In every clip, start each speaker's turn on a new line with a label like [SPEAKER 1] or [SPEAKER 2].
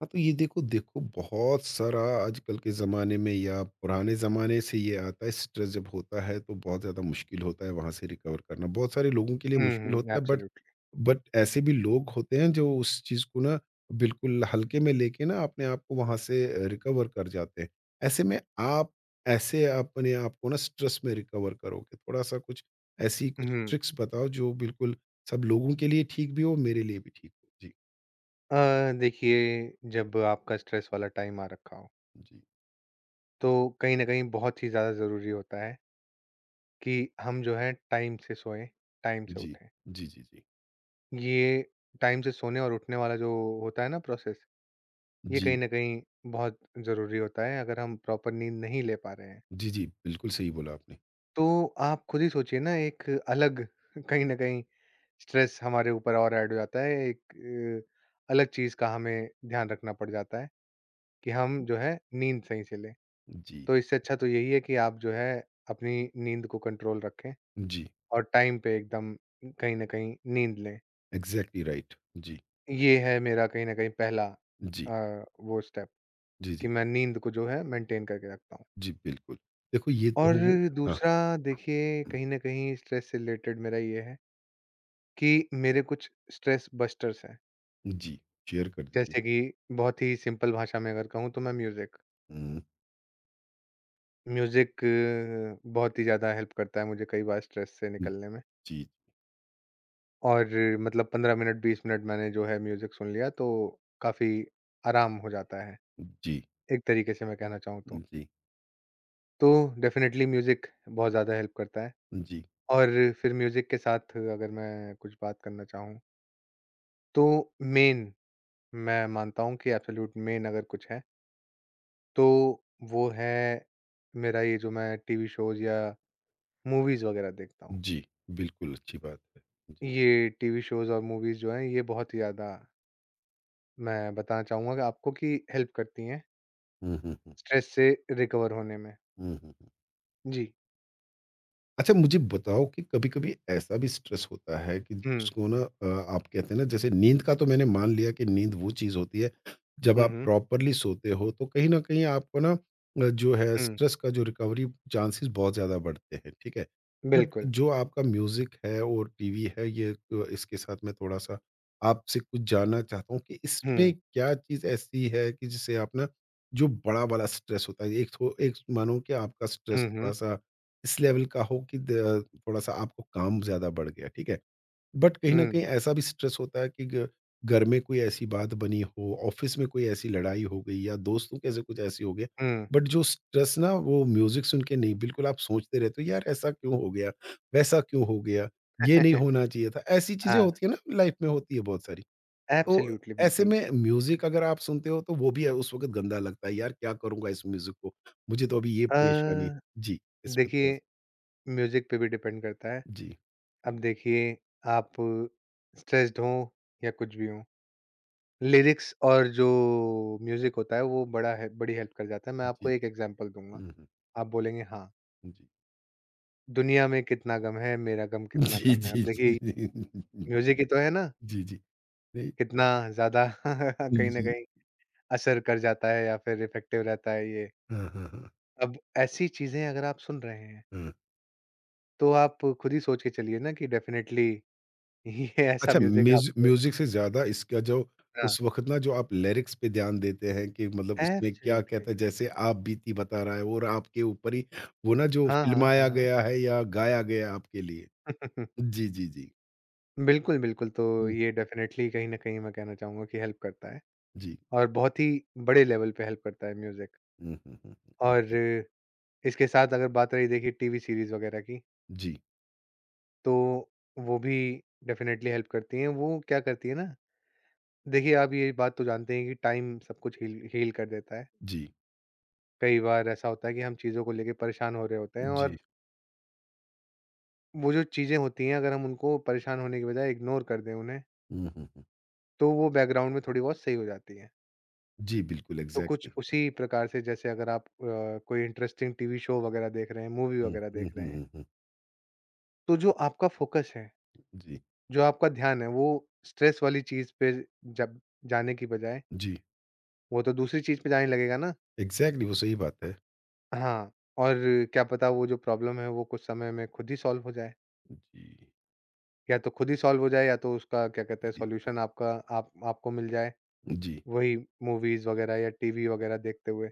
[SPEAKER 1] हाँ, तो ये देखो देखो बहुत सारा आजकल के ज़माने में या पुराने ज़माने से ये आता है स्ट्रेस। जब होता है तो बहुत ज़्यादा मुश्किल होता है वहाँ से रिकवर करना। बहुत सारे लोगों के लिए
[SPEAKER 2] हुँ,
[SPEAKER 1] मुश्किल
[SPEAKER 2] हुँ,
[SPEAKER 1] होता है, बट
[SPEAKER 2] एब्सोल्यूटली।
[SPEAKER 1] बट ऐसे भी लोग होते हैं जो उस चीज़ को ना बिल्कुल हल्के में लेके ना अपने आप को वहाँ से रिकवर कर जाते हैं। ऐसे में आप ऐसे अपने आप को ना स्ट्रेस में रिकवर करोगे? थोड़ा-सा कुछ ऐसी कुछ
[SPEAKER 2] हुँ।
[SPEAKER 1] ट्रिक्स बताओ जो बिल्कुल सब लोगों के लिए ठीक भी हो, मेरे लिए भी ठीक हो? जी,
[SPEAKER 2] देखिए, जब आपका स्ट्रेस वाला टाइम आ रखा हो,
[SPEAKER 1] जी,
[SPEAKER 2] तो कहीं न कहीं बहुत ही ज़्यादा ज़रूरी होता है कि हम जो है टाइम से सोएँ, टाइम से
[SPEAKER 1] जी,
[SPEAKER 2] उठें।
[SPEAKER 1] जी, जी, जी। जी
[SPEAKER 2] ये टाइम से सोने और उठने वाला जो होता है ना प्रोसेस, ये कहीं
[SPEAKER 1] जी,
[SPEAKER 2] न कहीं बहुत ज़रूरी होता है अगर हम प्रॉपर नींद नहीं ले पा रहे हैं।
[SPEAKER 1] जी, जी, बिल्कुल सही बोला आपने।
[SPEAKER 2] तो आप खुद ही सोचिए ना एक अलग कहीं न कहीं स्ट्रेस हमारे ऊपर और ऐड हो जाता है, एक अलग चीज़ का हमें ध्यान रखना पड़ जाता है कि हम जो है नींद सही से लें।
[SPEAKER 1] जी,
[SPEAKER 2] तो इससे अच्छा तो यही है कि आप जो है अपनी नींद को कंट्रोल रखें
[SPEAKER 1] जी,
[SPEAKER 2] और टाइम पे एकदम कहीं न कहीं नींद लें।
[SPEAKER 1] Exactly right. जी,
[SPEAKER 2] ये है मेरा कहीं न कहीं पहला
[SPEAKER 1] जी,
[SPEAKER 2] वो स्टेप
[SPEAKER 1] जी, जी,
[SPEAKER 2] कि मैं नींद को जो है मेंटेन करके रखता हूँ।
[SPEAKER 1] जी, बिल्कुल। देखो ये तो
[SPEAKER 2] और
[SPEAKER 1] हो गए। हाँ,
[SPEAKER 2] दूसरा देखिए
[SPEAKER 1] हुँ,
[SPEAKER 2] कहीं न कहीं स्ट्रेस से रिलेटेड मेरा ये है कि मेरे कुछ स्ट्रेस बस्टर्स हैं।
[SPEAKER 1] जी, शेयर कर दीजिए।
[SPEAKER 2] जैसे कि बहुत ही सिंपल भाषा में अगर कहूँ तो मैं म्यूज़िक।
[SPEAKER 1] हुँ,
[SPEAKER 2] म्यूज़िक बहुत ही ज़्यादा हेल्प करता है मुझे कई बार स्ट्रेस से
[SPEAKER 1] हुँ,
[SPEAKER 2] निकलने में।
[SPEAKER 1] जी,
[SPEAKER 2] और मतलब 15 मिनट 20 मिनट मैंने जो है म्यूजिक सुन लिया तो काफी आराम हो जाता है,
[SPEAKER 1] जी,
[SPEAKER 2] एक तरीके से मैं कहना चाहूँ तो।
[SPEAKER 1] जी,
[SPEAKER 2] तो डेफिनिटली म्यूजिक बहुत ज़्यादा हेल्प करता है
[SPEAKER 1] जी,
[SPEAKER 2] और फिर म्यूजिक के साथ अगर मैं कुछ बात करना चाहूँ, तो मेन मैं मानता हूँ कि एब्सोल्यूट मेन अगर कुछ है, तो वो है मेरा ये जो मैं टीवी शोज़ या मूवीज़ वगैरह देखता हूँ।
[SPEAKER 1] जी, बिल्कुल अच्छी बात है। जी,
[SPEAKER 2] ये टीवी शोज़ और मूवीज़ जो हैं ये बहुत ही ज़्यादा मैं बताना चाहूँगा कि आपको कि हेल्प करती हैं।
[SPEAKER 1] हुँ, हुँ, हुँ,
[SPEAKER 2] स्ट्रेस से रिकवर होने में।
[SPEAKER 1] हुँ, हुँ, हुँ।
[SPEAKER 2] जी।
[SPEAKER 1] अच्छा मुझे बताओ कि कभी-कभी ऐसा भी स्ट्रेस होता है कि
[SPEAKER 2] हुँ।
[SPEAKER 1] जिसको ना आप कहते हैं ना, जैसे नींद का तो मैंने मान लिया कि नींद वो चीज़ होती है, जब
[SPEAKER 2] हुँ,
[SPEAKER 1] आप
[SPEAKER 2] हुँ,
[SPEAKER 1] प्रॉपरली सोते हो तो कहीं न कहीं आपको ना जो है
[SPEAKER 2] हुँ।
[SPEAKER 1] स्ट्रेस का जो रिकवरी चांसेस बहुत ज़्यादा बढ़ते हैं, ठीक है? बट
[SPEAKER 2] बिल्कुल।
[SPEAKER 1] जो आपका म्यूज़िक है और टीवी है, ये इसके साथ मैं थोड़ा-सा आपसे कुछ जानना चाहता हूँ कि इसमें
[SPEAKER 2] हुँ,
[SPEAKER 1] क्या चीज़ ऐसी है कि जिससे आप ना जो बड़ा वाला स्ट्रेस होता है, एक थो एक मानो कि आपका स्ट्रेस
[SPEAKER 2] हुँ, हुँ,
[SPEAKER 1] थोड़ा-सा इस लेवल का हो कि द थोड़ा-सा आपको काम ज़्यादा बढ़ गया, ठीक है? बट कहीं न
[SPEAKER 2] हुँ,
[SPEAKER 1] कहीं ऐसा भी स्ट्रेस होता है कि ग घर में कोई ऐसी बात बनी हो, ऑफ़िस में कोई ऐसी लड़ाई हो गई या दोस्तों के ऐसे कुछ ऐसी हो गया।
[SPEAKER 2] हुँ।
[SPEAKER 1] बट जो स्ट्रेस ना, वो म्यूज़िक सुन के नहीं, बिल्कुल आप सोचते रहते हो, यार ऐसा क्यों हो गया? वैसा क्यों हो गया? ये नहीं होना चाहिए था। ऐसी चीज़ें
[SPEAKER 2] हाँ,
[SPEAKER 1] होती है ना, लाइफ़ में होती है बहुत सारी। तो
[SPEAKER 2] एब्सोल्यूटली
[SPEAKER 1] ऐसे
[SPEAKER 2] बिल्कुल।
[SPEAKER 1] में म्यूज़िक अगर आप सुनते हो तो वो भी उस वक़्त गंदा लगता है, यार क्या करूँगा इस म्यूज़िक को? मुझे तो अभी ये
[SPEAKER 2] अ,
[SPEAKER 1] परेशानी। जी, इसमें
[SPEAKER 2] देखिए
[SPEAKER 1] थोड़ा-सा।
[SPEAKER 2] म्यूज़िक पे भी डिपेंड करता है।
[SPEAKER 1] जी।
[SPEAKER 2] अब देखिए आप स्ट्रेस्ड हो या कुछ भी हो, लिरिक्स और जो म्यूज़िक होता है वो बड़ा है बड़ी हेल्प कर जाता है। मैं
[SPEAKER 1] जी,
[SPEAKER 2] आपको एक
[SPEAKER 1] जी।
[SPEAKER 2] एग्ज़ाम्पल दूँगा,
[SPEAKER 1] हुँ, हुँ।
[SPEAKER 2] आप बोलेंगे हाँ,
[SPEAKER 1] जी।
[SPEAKER 2] दुनिया में कितना गम है, मेरा गम कितना
[SPEAKER 1] जी,
[SPEAKER 2] कम है।
[SPEAKER 1] जी,
[SPEAKER 2] अब
[SPEAKER 1] जी,
[SPEAKER 2] देखिए
[SPEAKER 1] जी।
[SPEAKER 2] म्यूज़िक ही तो है ना,
[SPEAKER 1] जी, जी।
[SPEAKER 2] कितना ज़्यादा
[SPEAKER 1] नहीं,
[SPEAKER 2] कहीं न
[SPEAKER 1] जी।
[SPEAKER 2] कहीं असर कर जाता है या फिर इफ़ेक्टिव रहता है ये।
[SPEAKER 1] हाँ, हाँ, हाँ,
[SPEAKER 2] अब ऐसी चीज़ें अगर आप सुन रहे हैं,
[SPEAKER 1] हाँ।
[SPEAKER 2] तो आप खुद ही सोच के चलिए ना कि डेफ़िनेटली ये ऐसा
[SPEAKER 1] अच्छा,
[SPEAKER 2] म्यूज़िक
[SPEAKER 1] म्यूज़ि
[SPEAKER 2] आपको
[SPEAKER 1] म्यूज़िक से ज़्यादा इसका जो
[SPEAKER 2] हाँ,
[SPEAKER 1] उस वक़्त ना जो आप लिरिक्स पे ध्यान देते हैं कि मतलब उसमें क्या कहता
[SPEAKER 2] ऐब्सोल्युटली।
[SPEAKER 1] है, जैसे आप बीती बता रहा है और आपके ऊपर ही वो ना जो
[SPEAKER 2] हाँ, हाँ,
[SPEAKER 1] फ़िल्माया
[SPEAKER 2] हाँ, हाँ।
[SPEAKER 1] गया है या गाया गया आपके लिए। जी, जी, जी।
[SPEAKER 2] बिल्कुल, बिल्कुल, तो
[SPEAKER 1] हुँ,
[SPEAKER 2] ये डेफ़िनेटली कहीं न कहीं मैं कहना चाहूँगा कि हेल्प करता है
[SPEAKER 1] जी।
[SPEAKER 2] और बहुत ही बड़े लेवल पे हेल्प करता है म्यूज़िक।
[SPEAKER 1] हुँ, हुँ, हुँ, हुँ।
[SPEAKER 2] और
[SPEAKER 1] एग्ज़ैक्ट।
[SPEAKER 2] इसके साथ अगर बात रही देखिए टीवी सीरीज़ वग़ैरह की,
[SPEAKER 1] जी,
[SPEAKER 2] तो वो भी डेफ़िनेटली हेल्प करती हैं। वो क्या करती है ना देखिए, आप ये बात तो जानते हैं कि टाइम सब कुछ हील हील कर देता है।
[SPEAKER 1] जी,
[SPEAKER 2] कई बार ऐसा होता है कि हम चीज़ों को लेके परेशान हो रहे होते हैं
[SPEAKER 1] जी।
[SPEAKER 2] और वो जो चीज़ें होती हैं, अगर हम उनको परेशान होने के बजाय इग्नोर कर दें उन्हें,
[SPEAKER 1] हुँ, हुँ, हुँ।
[SPEAKER 2] तो वो बैकग्राउंड में थोड़ी-बहुत सही हो जाती हैं।
[SPEAKER 1] जी, बिल्कुल
[SPEAKER 2] तो कुछ
[SPEAKER 1] एग्ज़ैक्टली।
[SPEAKER 2] उसी प्रकार से जैसे अगर आप कोई इंटरेस्टिंग टीवी शो वग़ैरह देख रहे हैं, मूवी
[SPEAKER 1] हुँ,
[SPEAKER 2] वग़ैरह
[SPEAKER 1] हुँ,
[SPEAKER 2] देख रहे
[SPEAKER 1] हुँ,
[SPEAKER 2] हैं,
[SPEAKER 1] हुँ, हुँ।
[SPEAKER 2] तो जो आपका फ़ोकस है,
[SPEAKER 1] जी,
[SPEAKER 2] जो आपका ध्यान है, वो स्ट्रेस वाली चीज़ पे जब जाने की बजाय,
[SPEAKER 1] जी।
[SPEAKER 2] वो तो दूसरी चीज़ पे जाने लगेगा ना।
[SPEAKER 1] एग्ज़ैक्टली वो सही बात है।
[SPEAKER 2] हाँ, और क्या पता वो जो प्रॉब्लम है वो कुछ समय में खुद ही सॉल्व हो जाए।
[SPEAKER 1] जी,
[SPEAKER 2] या तो खुद ही सॉल्व हो जाए या तो उसका क्या कहते हैं
[SPEAKER 1] जी,
[SPEAKER 2] सॉल्यूशन आपका आप आपको मिल जाए,
[SPEAKER 1] जी,
[SPEAKER 2] वही मूवीज़ वगैरह या टीवी वगैरह देखते हुए।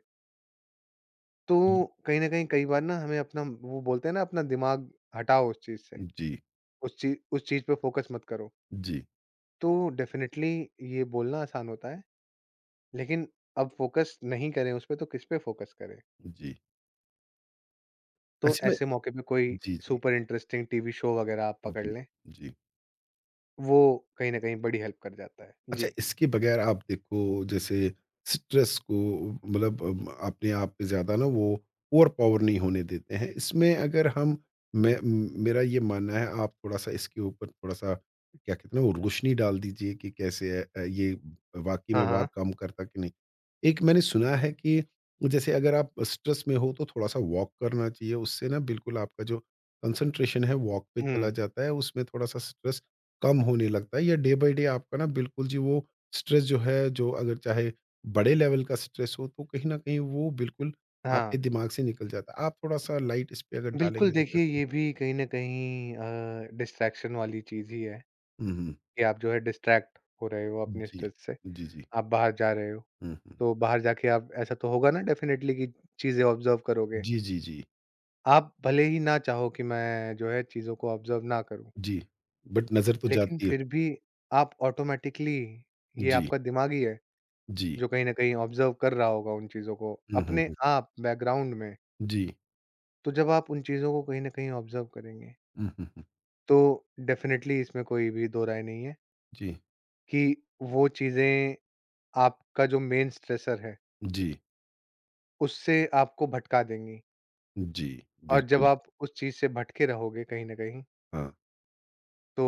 [SPEAKER 2] तो
[SPEAKER 1] हुँ।
[SPEAKER 2] कहीं न कहीं कई बार ना हमें अपना वो बोलते हैं ना अपना दिमाग हटाओ उस चीज़ से,
[SPEAKER 1] जी,
[SPEAKER 2] उस चीज़ पे फ़ोकस मत करो।
[SPEAKER 1] जी,
[SPEAKER 2] तो डेफ़िनेटली ये बोलना आसान होता है, लेकिन अब फ़ोकस नहीं करें उस पे तो किस पे फ़ोकस करें?
[SPEAKER 1] जी।
[SPEAKER 2] तो
[SPEAKER 1] अच्छा मैं।
[SPEAKER 2] ऐसे मौके पे कोई
[SPEAKER 1] जी, जी,
[SPEAKER 2] सुपर इंटरेस्टिंग टीवी शो वगैरह आप पकड़
[SPEAKER 1] जी,
[SPEAKER 2] लें।
[SPEAKER 1] जी।
[SPEAKER 2] वो कहीं न कहीं बड़ी हेल्प कर जाता है।
[SPEAKER 1] अच्छा,
[SPEAKER 2] जी।
[SPEAKER 1] इसके बगैर आप देखो जैसे स्ट्रेस को, मतलब अपने आप पे ज़्यादा ना वो ओवर पावर नहीं होने देते हैं। इसमें अगर हम, मैं मेरा ये मानना है, आप थोड़ा-सा इसके ऊपर थोड़ा-सा क्या कहते हैं ना वो रोशनी डाल दीजिए कि कैसे ये वाक़ई
[SPEAKER 2] हाँ,
[SPEAKER 1] में वाह
[SPEAKER 2] हाँ।
[SPEAKER 1] काम करता कि नहीं। एक मैंने सुना है कि जैसे अगर आप स्ट्रेस में हो तो थोड़ा-सा वॉक करना चाहिए, उससे ना बिल्कुल आपका जो कंसंट्रेशन है वॉक पे चला
[SPEAKER 2] हुँ,
[SPEAKER 1] जाता है, उसमें थोड़ा-सा स्ट्रेस कम होने लगता है या डे बाय डे आपका ना बिल्कुल जी वो स्ट्रेस जो है, जो अगर चाहे बड़े लेवल का स्ट्रेस हो तो कहीं न कहीं वो बिल्कुल आपके
[SPEAKER 2] हाँ।
[SPEAKER 1] दिमाग से निकल जाता है। आप थोड़ा-सा लाइट इस पे अगर
[SPEAKER 2] बिल्कुल
[SPEAKER 1] डालेंगे तो
[SPEAKER 2] देखिए
[SPEAKER 1] कैसे।
[SPEAKER 2] ये भी कहीं न कहीं डिस्ट्रैक्शन वाली चीज़ ही है
[SPEAKER 1] हुँ, हुँ।
[SPEAKER 2] कि आप जो है डिस्ट्रैक्ट हो रहे हो अपने
[SPEAKER 1] जी।
[SPEAKER 2] स्ट्रेस से।
[SPEAKER 1] जी, जी।
[SPEAKER 2] आप बाहर जा रहे हो,
[SPEAKER 1] हुँ, हुँ।
[SPEAKER 2] तो बाहर जाके आप ऐसा तो होगा ना डेफ़िनेटली कि चीज़ें ऑब्ज़र्व करोगे।
[SPEAKER 1] जी, जी, जी।
[SPEAKER 2] आप भले ही ना चाहो कि मैं जो है चीज़ों को ऑब्ज़र्व ना करूँ,
[SPEAKER 1] जी। बट नज़र तो
[SPEAKER 2] लेकिन
[SPEAKER 1] जाती है।
[SPEAKER 2] फिर भी आप ऑटोमैटिकली ये
[SPEAKER 1] जी,
[SPEAKER 2] आपका दिमाग ही है
[SPEAKER 1] जी।
[SPEAKER 2] जो कहीं न कहीं ऑब्ज़र्व कर रहा होगा उन चीज़ों को,
[SPEAKER 1] हुँ, हुँ,
[SPEAKER 2] अपने
[SPEAKER 1] हुँ।
[SPEAKER 2] आप बैकग्राउंड में।
[SPEAKER 1] जी।
[SPEAKER 2] तो जब आप उन चीज़ों को कहीं न कहीं ऑब्ज़र्व करेंगे,
[SPEAKER 1] हुँ, हुँ, हुँ।
[SPEAKER 2] तो डेफ़िनेटली इसमें कोई भी दो राय नहीं है
[SPEAKER 1] जी,
[SPEAKER 2] कि वो चीज़ें आपका जो मेन स्ट्रेसर है,
[SPEAKER 1] जी,
[SPEAKER 2] उससे आपको भटका देंगी।
[SPEAKER 1] जी।
[SPEAKER 2] और जब
[SPEAKER 1] बिल्कुल,
[SPEAKER 2] आप उस चीज़ से भटके रहोगे कहीं न कहीं,
[SPEAKER 1] हाँ।
[SPEAKER 2] तो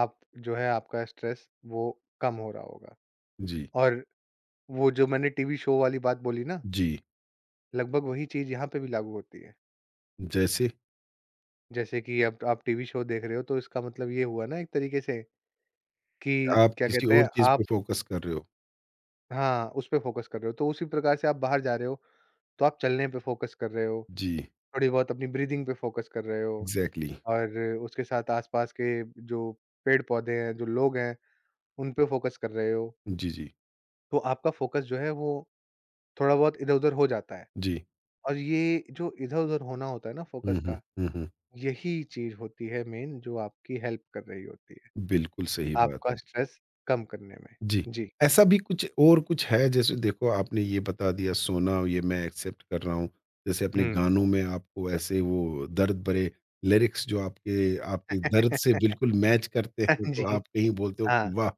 [SPEAKER 2] आप जो है आपका स्ट्रेस वो कम हो रहा होगा।
[SPEAKER 1] जी,
[SPEAKER 2] और वो जो मैंने टीवी शो वाली बात बोली ना,
[SPEAKER 1] जी।
[SPEAKER 2] लगभग वही चीज़ यहाँ पे भी लागू होती है।
[SPEAKER 1] जैसे
[SPEAKER 2] जैसे कि अब आप टीवी शो देख रहे हो, तो इसका मतलब ये हुआ ना एक तरीके से कि
[SPEAKER 1] आप
[SPEAKER 2] क्या
[SPEAKER 1] किसी
[SPEAKER 2] कहते
[SPEAKER 1] और
[SPEAKER 2] हैं
[SPEAKER 1] चीज़ पे
[SPEAKER 2] आप
[SPEAKER 1] फ़ोकस कर रहे हो।
[SPEAKER 2] हाँ, उस पे फ़ोकस कर रहे हो। तो उसी प्रकार से आप बाहर जा रहे हो, तो आप चलने पे फ़ोकस कर रहे हो,
[SPEAKER 1] जी,
[SPEAKER 2] थोड़ी बहुत अपनी ब्रीदिंग पे फ़ोकस कर रहे हो
[SPEAKER 1] एग्ज़ैक्टली।
[SPEAKER 2] और उसके साथ आस-पास के जो पेड़-पौधे हैं, जो लोग हैं, उन पे फ़ोकस कर रहे हो।
[SPEAKER 1] जी, जी।
[SPEAKER 2] तो आपका फ़ोकस जो है वो थोड़ा बहुत इधर-उधर हो जाता है
[SPEAKER 1] जी।
[SPEAKER 2] और ये जो इधर-उधर होना होता है ना
[SPEAKER 1] हुँ,
[SPEAKER 2] फ़ोकस
[SPEAKER 1] हुँ,
[SPEAKER 2] का,
[SPEAKER 1] हुँ, हुँ।
[SPEAKER 2] यही चीज़ होती है मेन जो आपकी हेल्प कर रही होती है,
[SPEAKER 1] बिल्कुल सही बात
[SPEAKER 2] आपका
[SPEAKER 1] है।
[SPEAKER 2] स्ट्रेस कम करने में।
[SPEAKER 1] जी,
[SPEAKER 2] जी।
[SPEAKER 1] ऐसा भी कुछ और कुछ है, जैसे देखो आपने ये बता दिया सोना, ये मैं एक्सेप्ट कर रहा हूँ। जैसे अपने
[SPEAKER 2] हुँ।
[SPEAKER 1] गानों में आपको ऐसे वो दर्द भरे लिरिक्स जो आपके आपके दर्द से बिल्कुल मैच करते हैं, तो
[SPEAKER 2] जी।
[SPEAKER 1] आप कहीं बोलते हो कि
[SPEAKER 2] हाँ।
[SPEAKER 1] वाह!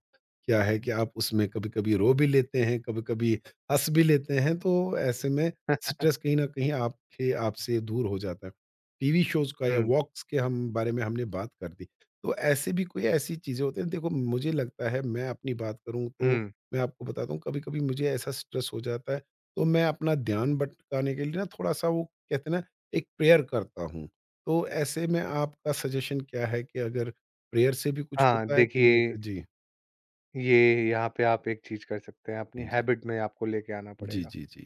[SPEAKER 1] क्या है कि आप उसमें कभी-कभी रो भी लेते हैं, कभी-कभी हँस भी लेते हैं, तो ऐसे में स्ट्रेस कहीं न कहीं आपके आपसे दूर हो जाता है। टीवी शोज़ का या
[SPEAKER 2] हुँ,
[SPEAKER 1] वॉक्स के हम बारे में हमने बात कर दी। तो ऐसे भी कोई ऐसी चीज़ें होती हैं, देखो मुझे लगता है मैं अपनी बात करूँ तो
[SPEAKER 2] हुँ।
[SPEAKER 1] मैं आपको बताता हूँ, कभी-कभी मुझे ऐसा स्ट्रेस हो जाता है तो मैं अपना ध्यान भटकाने के लिए ना थोड़ा-सा वो कहते हैं ना एक प्रेयर करता हूँ। तो ऐसे में आपका सजेशन क्या है कि अगर प्रेयर से भी कुछ
[SPEAKER 2] हाँ,
[SPEAKER 1] होता है कि नहीं होता?
[SPEAKER 2] देखिए
[SPEAKER 1] जी,
[SPEAKER 2] ये यहाँ पे आप एक चीज़ कर सकते हैं, अपनी
[SPEAKER 1] जी।
[SPEAKER 2] हैबिट में आपको लेके आना
[SPEAKER 1] जी,
[SPEAKER 2] पड़ेगा
[SPEAKER 1] जी, जी।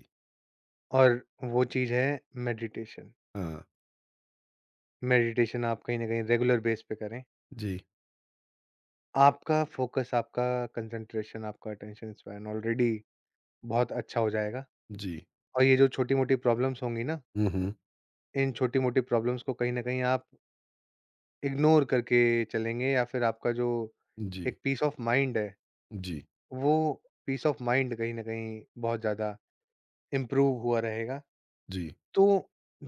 [SPEAKER 2] और वो चीज़ है मेडिटेशन।
[SPEAKER 1] हाँ,
[SPEAKER 2] मेडिटेशन आप कहीं न कहीं रेगुलर बेस पे करें।
[SPEAKER 1] जी,
[SPEAKER 2] आपका फ़ोकस, आपका कंसंट्रेशन, आपका अटेंशन स्पैन ऑलरेडी बहुत अच्छा हो जाएगा
[SPEAKER 1] जी।
[SPEAKER 2] और ये जो छोटी-मोटी प्रॉब्लम्स होंगी ना,
[SPEAKER 1] हुँ, हुँ।
[SPEAKER 2] इन छोटी-मोटी प्रॉब्लम्स को कहीं न कहीं आप इग्नोर करके चलेंगे या फिर आपका जो
[SPEAKER 1] जी,
[SPEAKER 2] एक पीस ऑफ माइंड है,
[SPEAKER 1] जी,
[SPEAKER 2] वो पीस ऑफ माइंड कहीं न कहीं बहुत ज़्यादा इम्प्रूव हुआ रहेगा।
[SPEAKER 1] जी।
[SPEAKER 2] तो,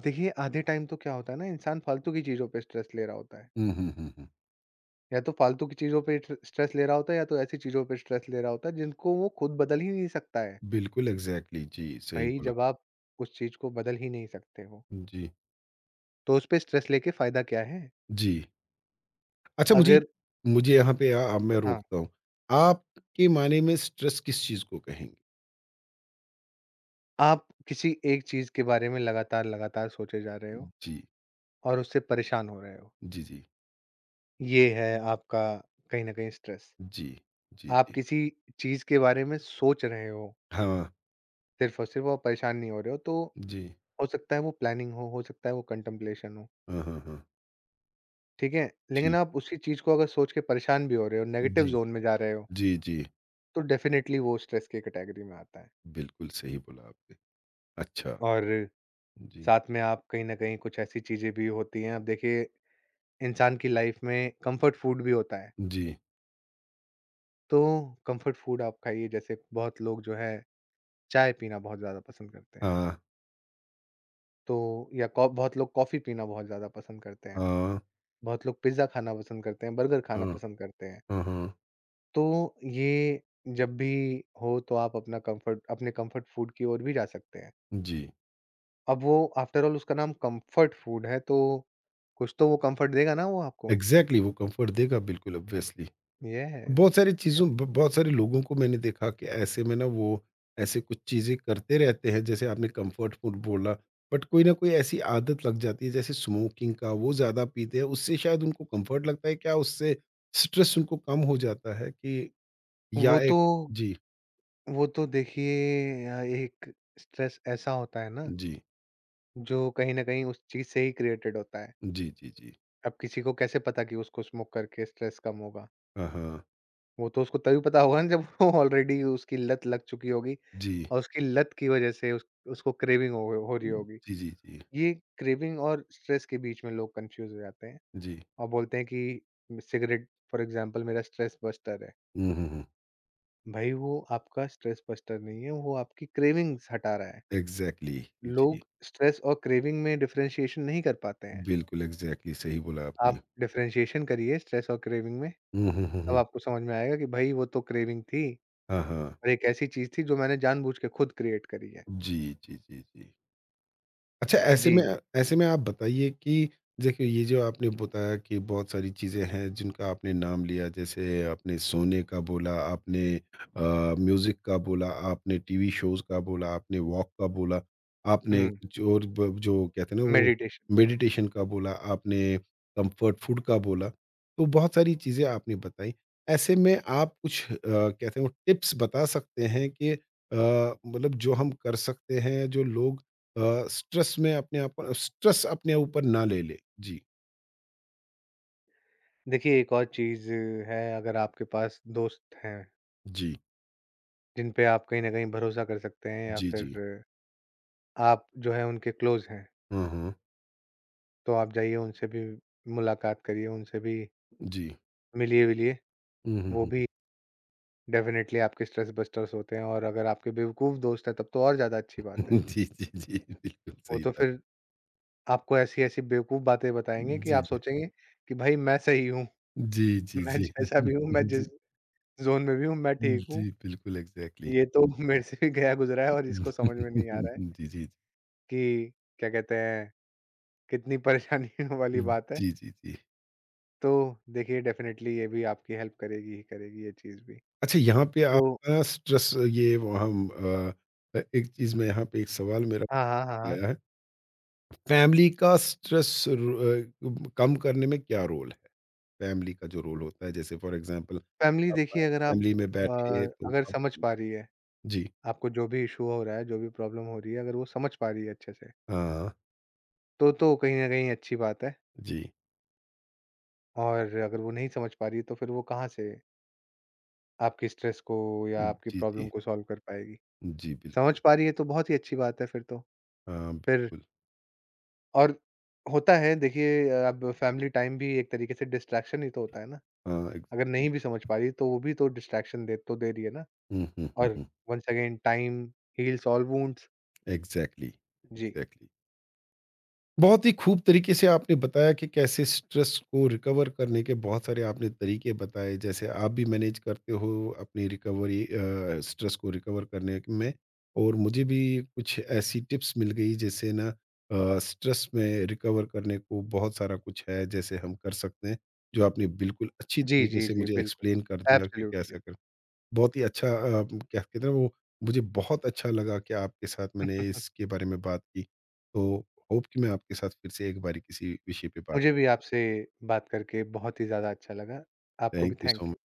[SPEAKER 2] देखिए आधे टाइम तो क्या होता है ना इंसान फालतू की चीज़ों पे स्ट्रेस ले रहा होता है।
[SPEAKER 1] हुँ, हुँ, हुँ, हुँ।
[SPEAKER 2] या तो फालतू की चीज़ों पे स्ट्रेस ले रहा होता है या तो ऐसी चीज़ों पे स्ट्रेस ले रहा होता है जिनको वो खुद बदल ही नहीं सकता है।
[SPEAKER 1] बिल्कुल एग्ज़ैक्टली जी, सही
[SPEAKER 2] भई
[SPEAKER 1] बोला।
[SPEAKER 2] जब आप उस चीज़ को बदल ही नहीं सकते हो,
[SPEAKER 1] जी,
[SPEAKER 2] तो उस पे स्ट्रेस लेके फ़ायदा क्या है?
[SPEAKER 1] जी। अच्छा मुझे,
[SPEAKER 2] अगर
[SPEAKER 1] मुझे यहाँ पे आ, आ, मैं
[SPEAKER 2] हाँ,
[SPEAKER 1] रोकता हूँ। आपके मायने में स्ट्रेस किस चीज़ को कहेंगे?
[SPEAKER 2] आप किसी एक चीज़ के बारे में लगातार-लगातार सोचे जा रहे हो
[SPEAKER 1] जी,
[SPEAKER 2] और उससे परेशान हो रहे हो,
[SPEAKER 1] जी, जी,
[SPEAKER 2] ये है आपका कहीं न कहीं स्ट्रेस।
[SPEAKER 1] जी, जी,
[SPEAKER 2] आप
[SPEAKER 1] जी।
[SPEAKER 2] किसी चीज़ के बारे में सोच रहे हो,
[SPEAKER 1] हाँ,
[SPEAKER 2] सिर्फ़ और परेशान नहीं हो रहे हो तो
[SPEAKER 1] जी।
[SPEAKER 2] हो सकता है वो प्लानिंग हो सकता है वो कंटेम्पलेशन हो,
[SPEAKER 1] हाँ, हाँ, हाँ।
[SPEAKER 2] ठीक है?
[SPEAKER 1] जी,
[SPEAKER 2] लेकिन आप उसी चीज़ को अगर सोच के परेशान भी हो रहे हो, नेगेटिव
[SPEAKER 1] जी,
[SPEAKER 2] ज़ोन में जा रहे हो,
[SPEAKER 1] जी, जी।
[SPEAKER 2] तो डेफ़िनेटली वो स्ट्रेस की कैटेगरी में आता है।
[SPEAKER 1] बिल्कुल सही बोला आपने। अच्छा,
[SPEAKER 2] और
[SPEAKER 1] जी,
[SPEAKER 2] साथ में आप कहीं न कहीं कुछ ऐसी चीज़ें भी होती हैं, अब देखिए इंसान की लाइफ़ में कम्फ़र्ट फ़ूड भी होता है,
[SPEAKER 1] जी।
[SPEAKER 2] तो कम्फ़र्ट फ़ूड आप खाइए जैसे बहुत लोग जो है चाय पीना बहुत ज़्यादा पसंद करते हैं,
[SPEAKER 1] हाँ,
[SPEAKER 2] तो या कॉ बहुत लोग कॉफ़ी पीना बहुत ज़्यादा पसंद करते हैं,
[SPEAKER 1] हाँ,
[SPEAKER 2] बहुत लोग पिज़्ज़ा खाना पसंद करते हैं, बर्गर खाना
[SPEAKER 1] हाँ,
[SPEAKER 2] पसंद करते हैं।
[SPEAKER 1] हाँ, हाँ।
[SPEAKER 2] तो ये जब भी हो तो आप अपना कंफर्ट अपने कंफर्ट फूड की ओर भी जा सकते हैं।
[SPEAKER 1] जी,
[SPEAKER 2] अब वो आफ्टर ऑल उसका नाम कंफर्ट फूड है तो कुछ तो वो कंफर्ट देगा ना वो आपको।
[SPEAKER 1] एग्ज़ैक्टली वो कम्फ़र्ट देगा, बिल्कुल ऑब्वियसली।
[SPEAKER 2] यस,
[SPEAKER 1] बहुत सारी चीज़ों
[SPEAKER 2] यस।
[SPEAKER 1] ब बहुत सारे लोगों को मैंने देखा कि ऐसे में ना वो ऐसे कुछ चीज़ें करते रहते हैं, जैसे आपने कम्फर्ट फूड बोला, बट कोई ना कोई ऐसी आदत लग जाती है, जैसे स्मोकिंग का, वो ज़्यादा पीते हैं, उससे शायद उनको कम्फर्ट लगता है। क्या उससे स्ट्रेस उनको कम हो जाता है कि
[SPEAKER 2] वो
[SPEAKER 1] या
[SPEAKER 2] तो
[SPEAKER 1] एक। जी,
[SPEAKER 2] वो तो देखिए एक स्ट्रेस ऐसा होता है ना
[SPEAKER 1] जी,
[SPEAKER 2] जो कहीं न कहीं उस चीज़ से ही क्रिएटेड होता है।
[SPEAKER 1] जी, जी, जी।
[SPEAKER 2] अब किसी को कैसे पता कि उसको स्मोक करके स्ट्रेस कम होगा?
[SPEAKER 1] हाँ, हाँ।
[SPEAKER 2] वो तो उसको तभी पता होगा ना जब वो ऑलरेडी उसकी लत लग चुकी होगी
[SPEAKER 1] जी।
[SPEAKER 2] और उसकी लत की वज़ह से उस उसको क्रेविंग हो रही होगी।
[SPEAKER 1] जी, जी, जी,
[SPEAKER 2] ये क्रेविंग और स्ट्रेस के बीच में लोग कंफ्यूज हो जाते हैं
[SPEAKER 1] जी।
[SPEAKER 2] और बोलते हैं कि सिगरेट फॉर एग्जांपल मेरा स्ट्रेस बस्टर है।
[SPEAKER 1] हुँ, हुँ, हुँ।
[SPEAKER 2] भाई वो आपका स्ट्रेस बस्टर नहीं है, वो आपकी क्रेविंग्स हटा रहा है।
[SPEAKER 1] एग्ज़ैक्टली। जी,
[SPEAKER 2] लोग स्ट्रेस और क्रेविंग में डिफरेंशिएशन नहीं कर पाते हैं।
[SPEAKER 1] बिल्कुल एग्ज़ैक्टली सही बोला आपने।
[SPEAKER 2] आप डिफरेंशिएशन करिए स्ट्रेस और क्रेविंग में,
[SPEAKER 1] हुँ, हुँ, हुँ,
[SPEAKER 2] तब
[SPEAKER 1] हुँ।
[SPEAKER 2] आपको समझ में आएगा कि भाई वो तो क्रेविंग थी
[SPEAKER 1] हाँ, हाँ।
[SPEAKER 2] और एक ऐसी चीज़ थी जो मैंने जानबूझ के खुद क्रिएट करी है।
[SPEAKER 1] जी, जी, जी, जी। अच्छा ऐसे में,
[SPEAKER 2] जी,
[SPEAKER 1] ऐसे में आप बताइए कि देखिए ये जो आपने बताया कि बहुत सारी चीज़ें हैं जिनका आपने नाम लिया, जैसे आपने सोने का बोला, आपने म्यूज़िक का बोला, आपने टीवी शोज़ का बोला, आपने वॉक का बोला, आपने
[SPEAKER 2] हुँ,
[SPEAKER 1] कुछ और ब जो कहते हैं ना, वो
[SPEAKER 2] मेडिटेशन।
[SPEAKER 1] मेडिटेशन का बोला, आपने कंफर्ट फूड का बोला, तो बहुत सारी चीज़ें आपने बताई। ऐसे में आप कुछ कहते हैं वो टिप्स बता सकते हैं कि मतलब जो हम कर सकते हैं, जो लोग स्ट्रेस में अपने आप स्ट्रेस अपने ऊपर ना ले ले। जी,
[SPEAKER 2] देखिए एक और चीज़ है अगर आपके पास दोस्त हैं
[SPEAKER 1] जी,
[SPEAKER 2] जिन पे आप कहीं न कहीं भरोसा कर सकते हैं या
[SPEAKER 1] जी, जी।
[SPEAKER 2] फिर आप जो है उनके क्लोज़ हैं,
[SPEAKER 1] हाँ, हाँ।
[SPEAKER 2] तो आप जाइए उनसे भी मुलाकात करिए, उनसे भी
[SPEAKER 1] जी।
[SPEAKER 2] मिलिए-विलिए,
[SPEAKER 1] हुँ, हुँ,
[SPEAKER 2] वो
[SPEAKER 1] हुँ।
[SPEAKER 2] भी डेफ़िनेटली आपके स्ट्रेस बस्टर्स होते हैं और अगर आपके बेवकूफ़ दोस्त हैं तब तो और ज़्यादा अच्छी बात है।
[SPEAKER 1] जी, जी, जी। बिल्कुल
[SPEAKER 2] वो
[SPEAKER 1] सही
[SPEAKER 2] तो
[SPEAKER 1] बात।
[SPEAKER 2] फिर आपको ऐसी-ऐसी बेवकूफ़ बातें बताएँगे कि
[SPEAKER 1] जी,
[SPEAKER 2] आप
[SPEAKER 1] जी।
[SPEAKER 2] सोचेंगे कि भाई मैं सही हूँ,
[SPEAKER 1] जी, जी,
[SPEAKER 2] मैं जैसा भी हूँ, मैं जिस
[SPEAKER 1] जी।
[SPEAKER 2] ज़ोन में भी हूँ मैं
[SPEAKER 1] जी,
[SPEAKER 2] ठीक
[SPEAKER 1] जी,
[SPEAKER 2] हूँ।
[SPEAKER 1] बिल्कुल एग्ज़ैक्टली।
[SPEAKER 2] ये तो मेरे से भी गया गुज़रा है और इसको समझ में नहीं आ रहा है
[SPEAKER 1] जी, जी।
[SPEAKER 2] कि क्या कहते हैं, कितनी परेशानी वाली बात है।
[SPEAKER 1] जी, जी, जी।
[SPEAKER 2] तो देखिए डेफ़िनेटली ये भी आपकी हेल्प करेगी ही करेगी ये चीज़ भी।
[SPEAKER 1] अच्छा यहाँ पे
[SPEAKER 2] तो
[SPEAKER 1] आपका स्ट्रेस ये वो हम एक चीज़ में यहाँ पे एक सवाल मेरा
[SPEAKER 2] हाँ, हाँ, हाँ, हाँ।
[SPEAKER 1] आया है। फैमिली का स्ट्रेस कम करने में क्या रोल है? फैमिली का जो रोल होता है, जैसे फॉर एग्ज़ाम्पल
[SPEAKER 2] फ़ैमिली
[SPEAKER 1] आप
[SPEAKER 2] देखिए अगर आप
[SPEAKER 1] फैमिली में
[SPEAKER 2] अ,
[SPEAKER 1] बैठे तो
[SPEAKER 2] अगर
[SPEAKER 1] आप।
[SPEAKER 2] समझ पा रही है,
[SPEAKER 1] जी,
[SPEAKER 2] आपको जो भी इश्यू हो रहा है, जो भी प्रॉब्लम हो रही है, अगर वो समझ पा रही है अच्छे से,
[SPEAKER 1] हाँ,
[SPEAKER 2] तो कहीं न कहीं अच्छी बात है।
[SPEAKER 1] जी।
[SPEAKER 2] और अगर वो नहीं समझ पा रही है तो फिर वो कहाँ से आपकी स्ट्रेस को या आपकी
[SPEAKER 1] जी,
[SPEAKER 2] प्रॉब्लम
[SPEAKER 1] जी।
[SPEAKER 2] को सॉल्व कर पाएगी।
[SPEAKER 1] जी, बिल्कुल।
[SPEAKER 2] समझ पा रही है तो बहुत ही अच्छी बात है फिर तो।
[SPEAKER 1] हाँ,
[SPEAKER 2] फिर
[SPEAKER 1] बिल्कुल।
[SPEAKER 2] और होता है देखिए अब फ़ैमिली टाइम भी एक तरीके से डिस्ट्रैक्शन ही तो होता है ना।
[SPEAKER 1] हाँ,
[SPEAKER 2] अगर
[SPEAKER 1] एग्ज़ैक्टली।
[SPEAKER 2] नहीं भी समझ पा रही है, तो वो भी तो डिस्ट्रैक्शन दे तो दे रही है ना।
[SPEAKER 1] हुँ, हुँ, हुँ,
[SPEAKER 2] और
[SPEAKER 1] हुँ।
[SPEAKER 2] Once again time heals all wounds.
[SPEAKER 1] Exactly,
[SPEAKER 2] जी।
[SPEAKER 1] एग्ज़ैक्टली। बहुत ही खूब तरीके से आपने बताया कि कैसे स्ट्रेस को रिकवर करने के बहुत सारे आपने तरीके बताए, जैसे आप भी मैनेज करते हो अपनी रिकवरी, स्ट्रेस को रिकवर करने में, और मुझे भी कुछ ऐसी टिप्स मिल गई, जैसे ना स्ट्रेस में रिकवर करने को बहुत सारा कुछ है जैसे हम कर सकते हैं, जो आपने बिल्कुल अच्छी
[SPEAKER 2] जी,
[SPEAKER 1] तरीके
[SPEAKER 2] जी,
[SPEAKER 1] से
[SPEAKER 2] जी,
[SPEAKER 1] मुझे
[SPEAKER 2] बिल्कुल।
[SPEAKER 1] एक्सप्लेन कर दिया कि
[SPEAKER 2] एब्सोल्युटली।
[SPEAKER 1] कैसा कर, बहुत ही अच्छा क्या कहते हैं ना वो, मुझे बहुत अच्छा लगा कि आपके साथ मैंने इसके बारे में बात की। तो होप कि मैं आपके साथ फिर से एक बारी किसी विषय पे बात।
[SPEAKER 2] मुझे भी आपसे बात करके बहुत ही ज़्यादा अच्छा लगा। आपको भी
[SPEAKER 1] thank you so
[SPEAKER 2] thank you.
[SPEAKER 1] Much.